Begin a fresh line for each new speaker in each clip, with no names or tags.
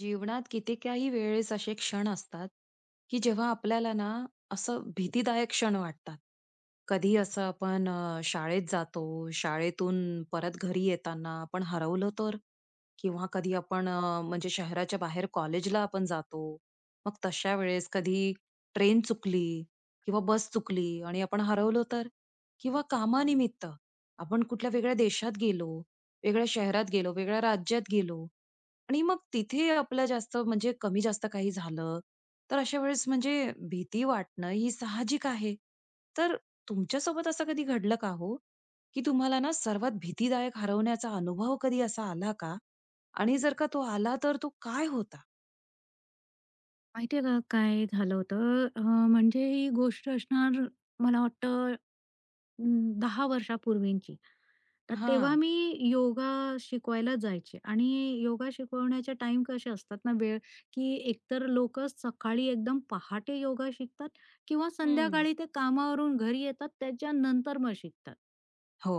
जीवनात कितीकाही वेळेस असे क्षण असतात, की जेव्हा आपल्याला ना असं भीतीदायक क्षण वाटतात. कधी असं आपण शाळेत जातो, शाळेतून परत घरी येताना आपण हरवलं तर? किंवा कधी आपण म्हणजे शहराच्या बाहेर कॉलेजला आपण जातो. मग तशा वेळेस कधी ट्रेन चुकली किंवा बस चुकली आणि आपण हरवलो तर? किंवा कामानिमित्त आपण कुठल्या वेगळ्या देशात गेलो, वेगळ्या शहरात गेलो, वेगळ्या राज्यात गेलो आणि मग तिथे आपलं जास्त म्हणजे कमी-जास्त काही झालं, तर अशा वेळेस म्हणजे भीती वाटणं ही साहजिक आहे. तर तुमच्यासोबत असं कधी घडलं का हो? की तुम्हाला ना सर्वात भीतीदायक हरवण्याचा अनुभव कधी असा आला का? आणि जर का तो आला तर तो काय होता?
माहिती आहे का काय झालं होतं? म्हणजे ही गोष्ट असणार मला वाटतं 10 वर्षापूर्वींची. तर तेव्हा
हां.
मी योगा शिकवायला जायचे आणि योगा शिकवण्याचे टाईम कसे असतात ना, वेळ की एकतर लोकं सकाळी एकदम पहाटे योगा शिकतात किंवा
हं.
संध्याकाळी ते कामावरून घरी येतात त्याच्यानंतर मग शिकतात.
हो.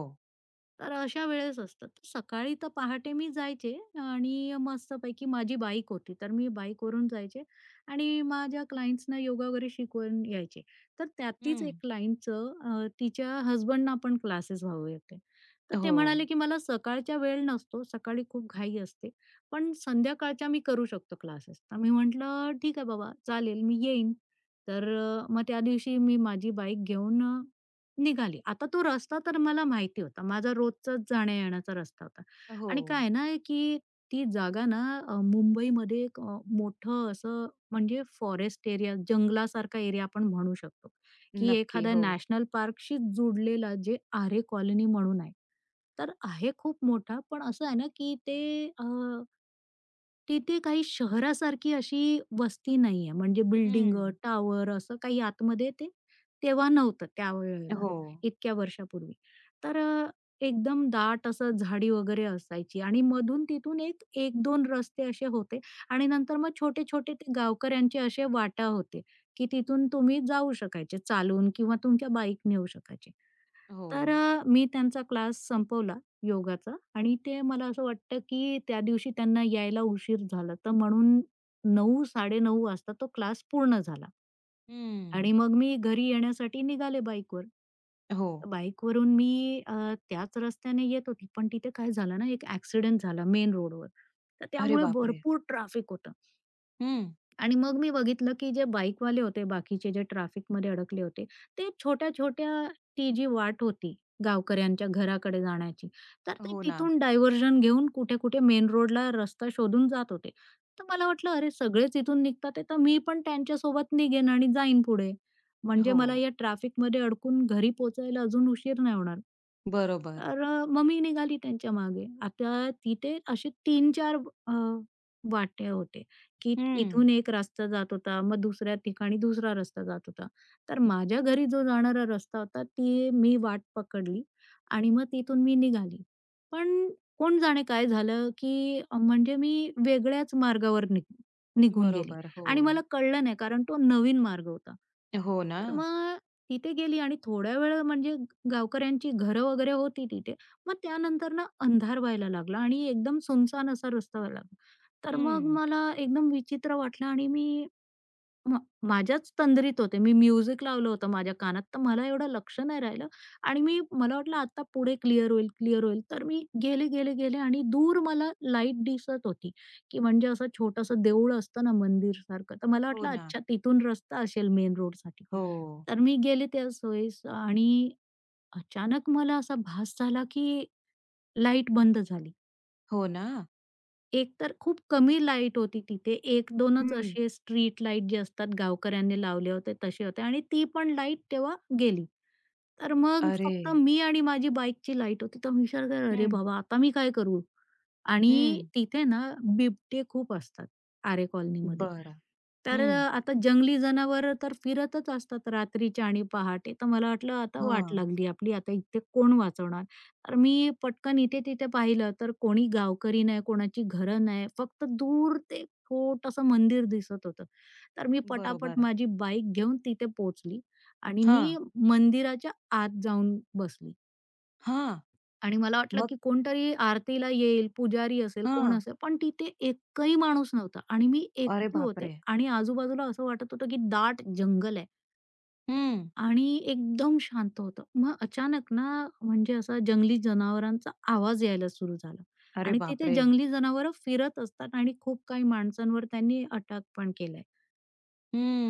तर अशा वेळेस असतं. तर सकाळी तर पहाटे मी जायचे आणि मस्तपैकी माझी बाईक होती, तर मी बाईकवरून जायचे आणि माझ्या क्लायंट्सना योगा वगैरे शिकवून यायचे. तर त्यातलीच
हं.
एक क्लायंटचं तिच्या हसबंडना पण क्लासेस व्हावे होते. तर ते
हो.
म्हणाले, की "मला सकाळच्या वेळ नसतो, सकाळी खूप घाई असते, पण संध्याकाळच्या मी करू शकतो क्लासेस." तर मी म्हटलं, "ठीक आहे बाबा, चालेल, मी येईन." तर मग त्या दिवशी मी माझी बाईक घेऊन निघाली. आता तो रस्ता तर मला माहिती होता. माझा रोजचाच जाण्या-येण्याचा रस्ता होता.
हो.
आणि काय आहे ना, की ती जागा ना मुंबईमध्ये एक मोठं असं म्हणजे फॉरेस्ट एरिया, जंगलासारखा एरिया आपण म्हणू शकतो, की
नक्की.
एखाद्या
हो.
नॅशनल पार्कशीच जुडलेला जे आरे कॉलनी म्हणून आहे. तर आहे खूप मोठा, पण असं आहे ना, की ते तिथे काही शहरासारखी अशी वस्ती नाहीये. म्हणजे बिल्डिंग,
हं.
टावर, असं काही आतमध्ये ते तेव्हा नव्हतं त्या वेळेला,
हो.
इतक्या वर्षापूर्वी. तर एकदम दाट असं झाडी वगैरे असायची आणि मधून तिथून एक 1-2 रस्ते असे होते आणि नंतर मग छोटे-छोटे ते गावकऱ्यांचे असे वाटा होते, की तिथून तुम्ही जाऊ शकायचे चालून किंवा तुमच्या बाईकने येऊ शकायचे.
हो.
तर मी त्यांचा क्लास संपवला योगाचा आणि ते मला असं वाटतं, की त्या दिवशी त्यांना यायला उशीर झाला. तर म्हणून 9:00-9:30 वाजता तो क्लास पूर्ण झाला
हं.
आणि मग मी घरी येण्यासाठी निघाले बाईकवर.
हो.
बाईकवरून मी त्याच रस्त्याने येत होती. पण तिथे काय झालं ना, एक ॲक्सिडेंट झाला मेन रोडवर. तर
अरे
त्यामुळे
बापरे!
भरपूर ट्रॅफिक होतं.
हं.
आणि मग मी बघितलं, की जे बाईकवाले होते, बाकीचे जे ट्रॅफिकमध्ये अडकले होते, ते छोट्या-छोट्या ती जी वाट होती गावकऱ्यांच्या घराकडे जाण्याची, तर ते
हो ना.
तिथून डायव्हर्जन घेऊन कुठे-कुठे मेन रोडला रस्ता शोधून जात होते. तर मला वाटलं, "अरे, सगळेच इथून निघतात आहे, तर मी पण त्यांच्यासोबत निघेन आणि जाईन पुढे. म्हणजे
हो.
मला या ट्रॅफिकमध्ये अडकून घरी पोहोचायला अजून उशीर नाही होणार."
बरोबर.
तर मग मी निघाली त्यांच्या मागे. आता तिथे असे 3-4 अ, वाटे होते, की
हं,
इथून एक रस्ता जात होता, मग दुसऱ्या ठिकाणी दुसरा रस्ता जात होता. तर माझ्या घरी जो जाणारा रस्ता होता, ती मी वाट पकडली आणि मग तिथून मी निघाली. पण कोण जाणे काय झालं, की म्हणजे मी वेगळ्याच मार्गावर निघून गेली
बरोबर. हो.
आणि मला कळलं नाही कारण तो नवीन मार्ग होता.
हो ना.
तर मग तिथे गेली आणि थोड्या वेळ म्हणजे गावकऱ्यांची घरं वगैरे होती तिथे. मग त्यानंतर ना अंधार व्हायला लागला आणि एकदम सुनसान असा रस्ता व्हायला लागला. तर मग
हं.
मला एकदम विचित्र वाटलं आणि मी म माझ्याच तंद्रीत होते. मी म्युझिक लावलं होतं माझ्या कानात, तर मला एवढं लक्ष नाही राहिलं आणि मी मला वाटलं आता पुढे क्लिअर होईल, क्लिअर होईल. तर मी गेले, गेले, गेले आणि दूर मला लाईट दिसत होती, की म्हणजे असं छोटंसं देऊळ असतं ना मंदिरसारखं. तर मला
हो
वाटलं
ना.
अच्छा तिथून रस्ता असेल मेन रोडसाठी.
हो.
तर मी गेले त्या सोयीस आणि अचानक मला असा भास झाला, की लाईट बंद झाली.
हो ना.
एक तर खूप कमी लाईट होती तिथे. एक 2च
हं.
असे स्ट्रीट लाईट जे असतात गावकऱ्यांनी लावले होते तसे होते आणि ती पण लाईट तेव्हा गेली. तर मग
अरे!
फक्त मी आणि माझी बाईकची लाईट होती. तर मी विचार केला, "अरे
हं,
बाबा! आता मी काय करू?" आणि
हं.
तिथे ना बिबटे खूप असतात आरे कॉलनीमध्ये.
बरं.
तर
हं.
आता जंगली जनावरं तर फिरतच असतात रात्रीच्या आणि पहाटे. तर मला वाटलं आता वाट
हां.
लागली आपली, आता इथे कोण वाचवणार? तर मी पटकन इथे-तिथे पाहिलं तर कोणी गावकरी नाही, कोणाची घरं नाही. फक्त दूर ते छोटंसं मंदिर दिसत होतं. तर मी पटापट
बरोबर.
माझी बाईक घेऊन तिथे पोहोचली आणि
हां,
मी मंदिराच्या आत जाऊन बसली
हां.
आणि मला वाटलं,
मग
की कोणतरी आरतीला येईल, पुजारी असेल, कोण
हां.
असेल, पण तिथे एकही माणूस नव्हता आणि मी
अरे
एकटी होते
बापरे!
आणि आजूबाजूला असं वाटत होतं, की दाट जंगल आहे.
हं.
आणि एकदम शांत होतं. मग अचानक ना, म्हणजे असा जंगली जनावरांचा आवाज यायला सुरू झाला
अरे
आणि तिथे
बापरे!
जंगली जनावरं फिरत असतात आणि खूप काही माणसांवर त्यांनी अटॅक पण केलाय.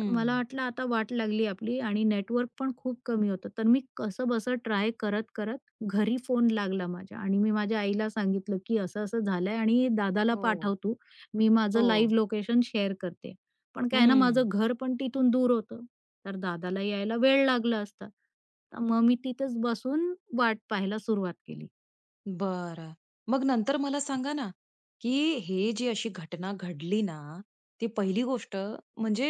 तर मला वाटलं आता वाट लागली आपली आणि नेटवर्क पण खूप कमी होतं. तर मी कसंबसं ट्राय करत-करत घरी फोन लागला माझ्या आणि मी माझ्या आईला सांगितलं, की असं-असं झालंय आणि दादाला
हो.
पाठव तू. मी माझं
हो.
लाईव्ह लोकेशन शेअर करते. पण काय आहे ना
हं.
माझं घर पण तिथून दूर होतं. तर दादाला यायला वेळ लागला असता. तर मग मी तिथेच बसून वाट पाहायला सुरुवात केली.
बरं. मग नंतर मला सांगा ना, की हे जी अशी घटना घडली ना, ती पहिली गोष्ट म्हणजे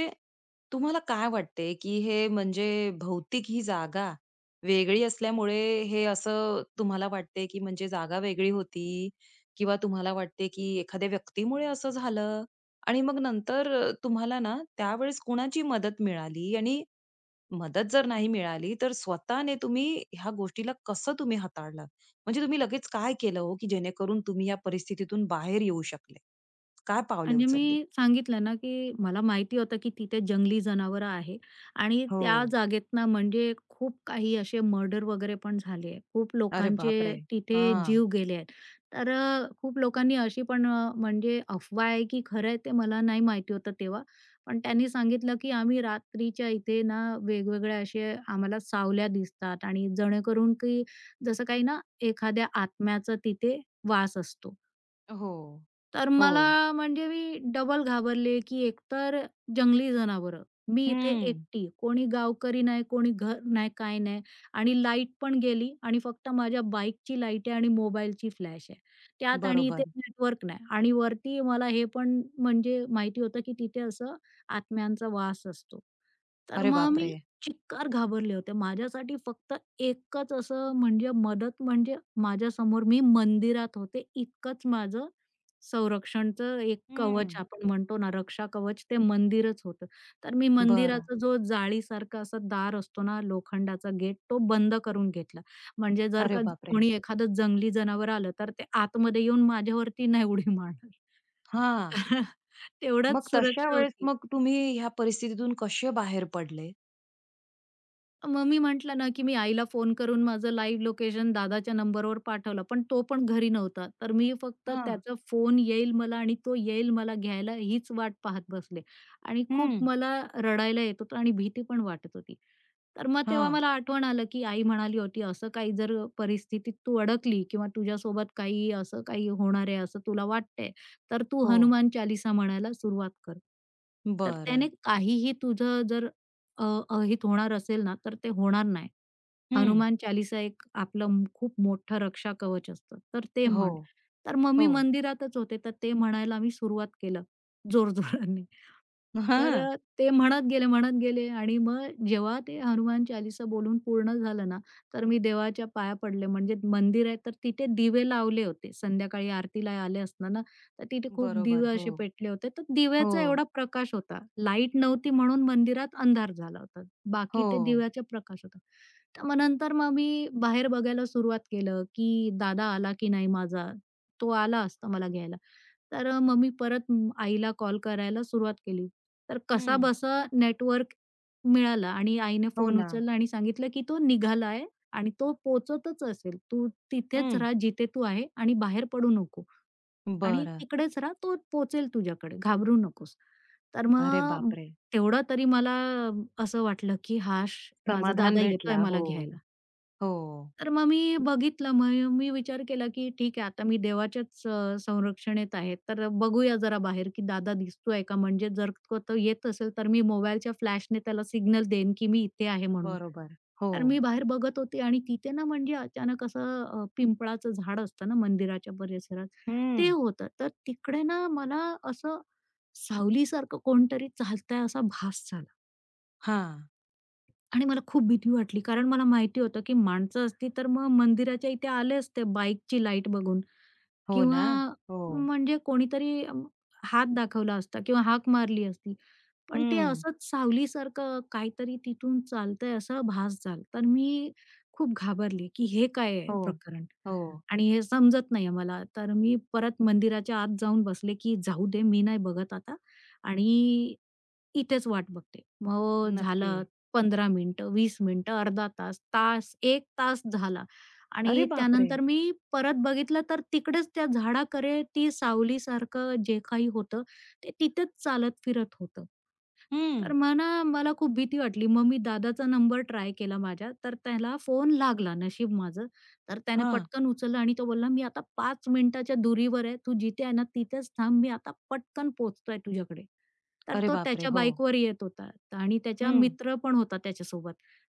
तुम्हाला काय वाटते, की हे म्हणजे भौतिक ही जागा वेगळी असल्यामुळे हे असं तुम्हाला वाटते, की म्हणजे जागा वेगळी होती किंवा तुम्हाला वाटते, की एखाद्या व्यक्तीमुळे असं झालं? आणि मग नंतर तुम्हाला ना त्यावेळेस कुणाची मदत मिळाली आणि मदत जर नाही मिळाली, तर स्वतःने तुम्ही ह्या गोष्टीला कसं तुम्ही हाताळलं? म्हणजे तुम्ही लगेच काय केलं हो, की जेणेकरून तुम्ही या परिस्थितीतून बाहेर येऊ शकले? काय पावले
म्हणजे
उचलली?
मी सांगितलं ना, की मला माहिती होतं, की तिथे जंगली जनावरं आहे आणि
हो.
त्या जागेत ना म्हणजे खूप काही असे मर्डर वगैरे पण झाले. खूप
अरे बापरे!
लोकांचे तिथे
हां.
जीव गेले आहेत. तर खूप लोकांनी अशी पण म्हणजे अफवा आहे, की खरं आहे ते मला नाही माहिती होतं तेव्हा. पण त्यांनी सांगितलं, की आम्ही रात्रीच्या इथे ना वेगवेगळ्या असे आम्हाला सावल्या दिसतात आणि जेणेकरून, की जसं काही ना एखाद्या आत्म्याचा तिथे वास असतो.
हो.
तर
हो.
मला म्हणजे मी डबल घाबरले, की एकतर जंगली जनावरं, मी इथे
हं.
एकटी, कोणी गावकरी नाही, कोणी घर नाही, काय नाही आणि लाईट पण गेली आणि फक्त माझ्या बाईकची लाईट आहे आणि मोबाईलची फ्लॅश आहे. त्यात आणि
बरोबर.
इथे नेटवर्क नाही आणि वरती मला हे पण म्हणजे माहिती होतं, की तिथे असं आत्म्यांचा वास असतो. तर
अरे
मग
बापरे!
मी चिक्कार घाबरले होते. माझ्यासाठी फक्त एकच असं म्हणजे मदत म्हणजे माझ्यासमोर मी मंदिरात होते, इतकंच माझं संरक्षणचं एक
हं.
कवच आपण म्हणतो ना, रक्षा कवच ते मंदिरच होतं. तर मी हं.
बरं.
मंदिराचा जो जाळीसारखा असा दार असतो ना, लोखंडाचा गेट तो बंद करून घेतला. म्हणजे जर
अरे
का
बापरे!
कोणी एखादं जंगली जनावर आलं, तर ते आतमध्ये येऊन माझ्यावरती नाही उडी मारणार.
हां.
तेवढाच
मग तशा
सुरक्षा
वेळेस
होती.
मग तुम्ही ह्या परिस्थितीतून कसे बाहेर पडले?
मग मी म्हटलं ना, की मी आईला फोन करून माझं लाईव्ह लोकेशन दादाच्या नंबरवर पाठवलं, पण तो पण घरी नव्हता. तर मी फक्त
हां.
त्याचा फोन येईल मला आणि तो येईल मला घ्यायला हीच वाट पाहत बसले आणि
हं.
खूप मला रडायला येत होतं आणि भीती पण वाटत होती. तर मग तेव्हा
हां.
मला आठवण आलं, की आई म्हणाली होती, "असं काही जर परिस्थितीत तू अडकली किंवा तुझ्यासोबत काही असं काही होणार आहे, असं तुला वाटतंय, तर तू
हो.
हनुमान चालीसा म्हणायला सुरुवात कर. तर
बरं.
त्याने काहीही तुझं जर अ, अहित होणार असेल ना, तर ते होणार नाही.
हं.
हनुमान चालीसा एक आपलं खूप मोठं रक्षा कवच असतं. तर ते
हो.
म्हण. तर मग मी
हो.
मंदिरातच होते, तर ते म्हणायला मी सुरुवात केलं जोरजोराने. तर
हां,
ते म्हणत गेले, म्हणत गेले आणि मग जेव्हा ते हनुमान चालीसा बोलून पूर्ण झालं ना, तर मी देवाच्या पाया पडले. म्हणजे मंदिर आहे, तर तिथे दिवे लावले होते. संध्याकाळी आरतीला आले असताना तर तिथे खूप
बरोबर.
दिवे
हो,
असे पेटले होते. तर दिव्याचा
हो,
एवढा प्रकाश होता. लाईट नव्हती म्हणून मंदिरात अंधार झाला होता. बाकी
हो.
ते दिव्याचा प्रकाश होता. तर मग नंतर मग मी बाहेर बघायला सुरुवात केलं, की दादा आला की नाही माझा? तो आला असता मला घ्यायला. तर मग मी परत आईला कॉल करायला सुरुवात केली. तर
हं.
कसाबसा नेटवर्क मिळाला आणि आईने
हो
फोन
ना.
उचलला आणि सांगितलं, की "तो निघाला आहे आणि तो पोहोचतच असेल. तू तिथेच
हं.
राहा जिथे तू आहे आणि बाहेर पडू नको." आणि
बरं.
तिकडेच राहा, तो पोहोचेल तुझ्याकडे, घाबरू नकोस. तर
अरे
मग
बापरे!
तेवढं तरी मला असं वाटलं, की "हाश, माझा
समाधान
दादा येतोय
भेटला. हो,
मला घ्यायला."
हो.
तर मग मी बघितलं, मग मी विचार केला, की ठीक आहे, आता मी देवाच्याच संरक्षणेत आहे, तर बघूया जरा बाहेर, की दादा दिसतोय का? म्हणजे जर तो येत असेल, तर मी मोबाईलच्या फ्लॅशने त्याला सिग्नल देईन, की मी इथे आहे म्हणून.
बरोबर. हो.
तर मी बाहेर बघत होते आणि तिथे ना म्हणजे अचानक असं पिंपळाचं झाड असतं ना मंदिराच्या परिसरात, ते
हं.
होतं. तर तिकडे ना मला असं सावलीसारखं कोणतरी चालतंय असा भास झाला
हां.
आणि मला खूप भीती वाटली कारण मला माहिती होतं की माणसं असती तर मग मंदिराच्या इथे आले असते बाईकची लाईट बघून.
हो
किंवा
ना. हो.
म्हणजे कोणीतरी हात दाखवला असता किंवा हाक मारली असती. पण ते
हं.
असंच सावलीसारखं काहीतरी तिथून चालतंय असा भास झाला. तर मी खूप घाबरले, की हे काय आहे
हो,
प्रकरण?
हो.
आणि हे समजत नाहीये मला. तर मी परत मंदिराच्या आत जाऊन बसले, की जाऊ दे मी नाही बघत आता आणि इथेच वाट बघते. मग
नक्की.
झालं 15 मिनिटं, 20 मिनिटं, अर्धा तास, तास, 1 तास झाला.
अरे
आणि
बापरे!
त्यानंतर मी परत बघितलं तर तिकडेच त्या झाडाकडे ती सावलीसारखं जे काही होतं, ते तिथेच चालत फिरत होतं.
हं.
तर मग ना, मला खूप भीती वाटली. मग मी दादाचा नंबर ट्राय केला माझ्या, तर त्याला फोन लागला नशीब माझं. तर त्याने
हां.
पटकन उचलला आणि तो बोलला, "मी आता 5 मिनिटाच्या दुरीवर आहे. तू जिथे आहे ना, तिथेच थांब. मी आता पटकन पोहोचतोय तुझ्याकडे." तर
अरे
तो
बापरे!
त्याच्या
हो.
बाईकवर येत होता आणि त्याचा
हं.
मित्र पण होता त्याच्यासोबत.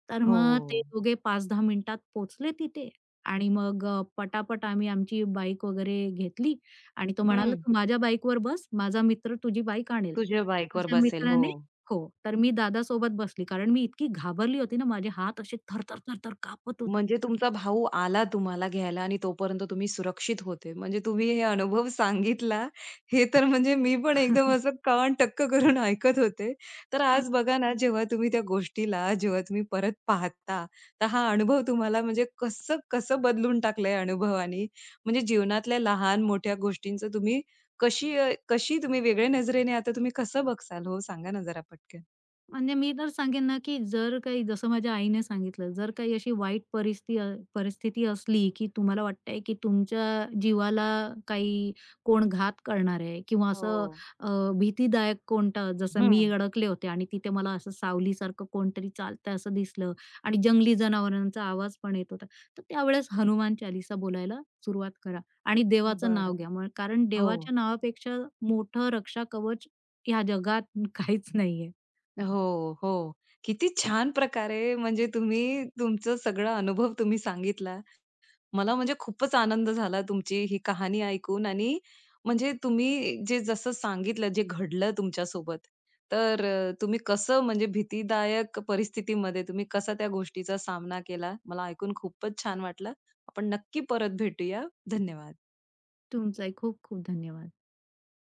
तर
हो.
मग ते दोघे 5-10 मिनिटात पोहोचले तिथे आणि मग पटापट आम्ही आमची बाईक वगैरे घेतली आणि तो म्हणाला,
हं.
"तू माझ्या बाईकवर बस. माझा मित्र तुझी बाईक आणेल."
तुझ्या बाईकवर
त्याच्या
बसेल. हो.
मित्राने हो. तर मी दादासोबत बसली कारण मी इतकी घाबरली होती ना, माझे हात असे थरथर, थरथर कापत होते.
म्हणजे तुमचा भाऊ आला तुम्हाला घ्यायला आणि तोपर्यंत तुम्ही सुरक्षित होते. म्हणजे तुम्ही हे अनुभव सांगितला, हे तर म्हणजे मी पण एकदम असं कान टक्क करून ऐकत होते. तर आज बघा ना, जेव्हा तुम्ही त्या गोष्टीला जेव्हा तुम्ही परत पाहता, तर हा अनुभव तुम्हाला म्हणजे कसं कसं बदलून टाकलं अनुभवाने? म्हणजे जीवनातल्या लहान-मोठ्या गोष्टींचं तुम्ही कशी कशी तुम्ही वेगळ्या नजरेने आता तुम्ही कसं बघसाल? हो, सांगा ना जरा पटकन?
म्हणजे मी तर सांगेन ना, की जर काही जसं माझ्या आईने सांगितलं, जर काही अशी वाईट परिस्थिती असली, की तुम्हाला वाटतंय, की तुमच्या जीवाला काही कोण घात करणार आहे किंवा असं
हो.
अ, भीतीदायक कोणता जसं मी
हं.
अडकले होते आणि तिथे मला असं सावलीसारखं कोणतरी चालतंय असं दिसलं आणि जंगली जनावरांचा आवाज पण येत होता. तर त्यावेळेस हनुमान चालीसा बोलायला सुरुवात करा आणि देवाचं नाव
बरं.
घ्या. मग कारण
हो.
देवाच्या नावापेक्षा मोठं रक्षा कवच ह्या जगात काहीच नाहीये.
हो, हो. किती छान प्रकारे म्हणजे तुम्ही तुमचं सगळं अनुभव तुम्ही सांगितला. मला म्हणजे खूपच आनंद झाला तुमची ही कहाणी ऐकून आणि म्हणजे तुम्ही जे जसं सांगितलं, जे घडलं तुमच्यासोबत. तर तुम्ही कसं म्हणजे भीतीदायक परिस्थितीमध्ये तुम्ही कसा त्या गोष्टीचा सामना केला, मला ऐकून खूपच छान वाटलं. आपण नक्की परत भेटूया. धन्यवाद.
तुमचाही खूप खूप धन्यवाद.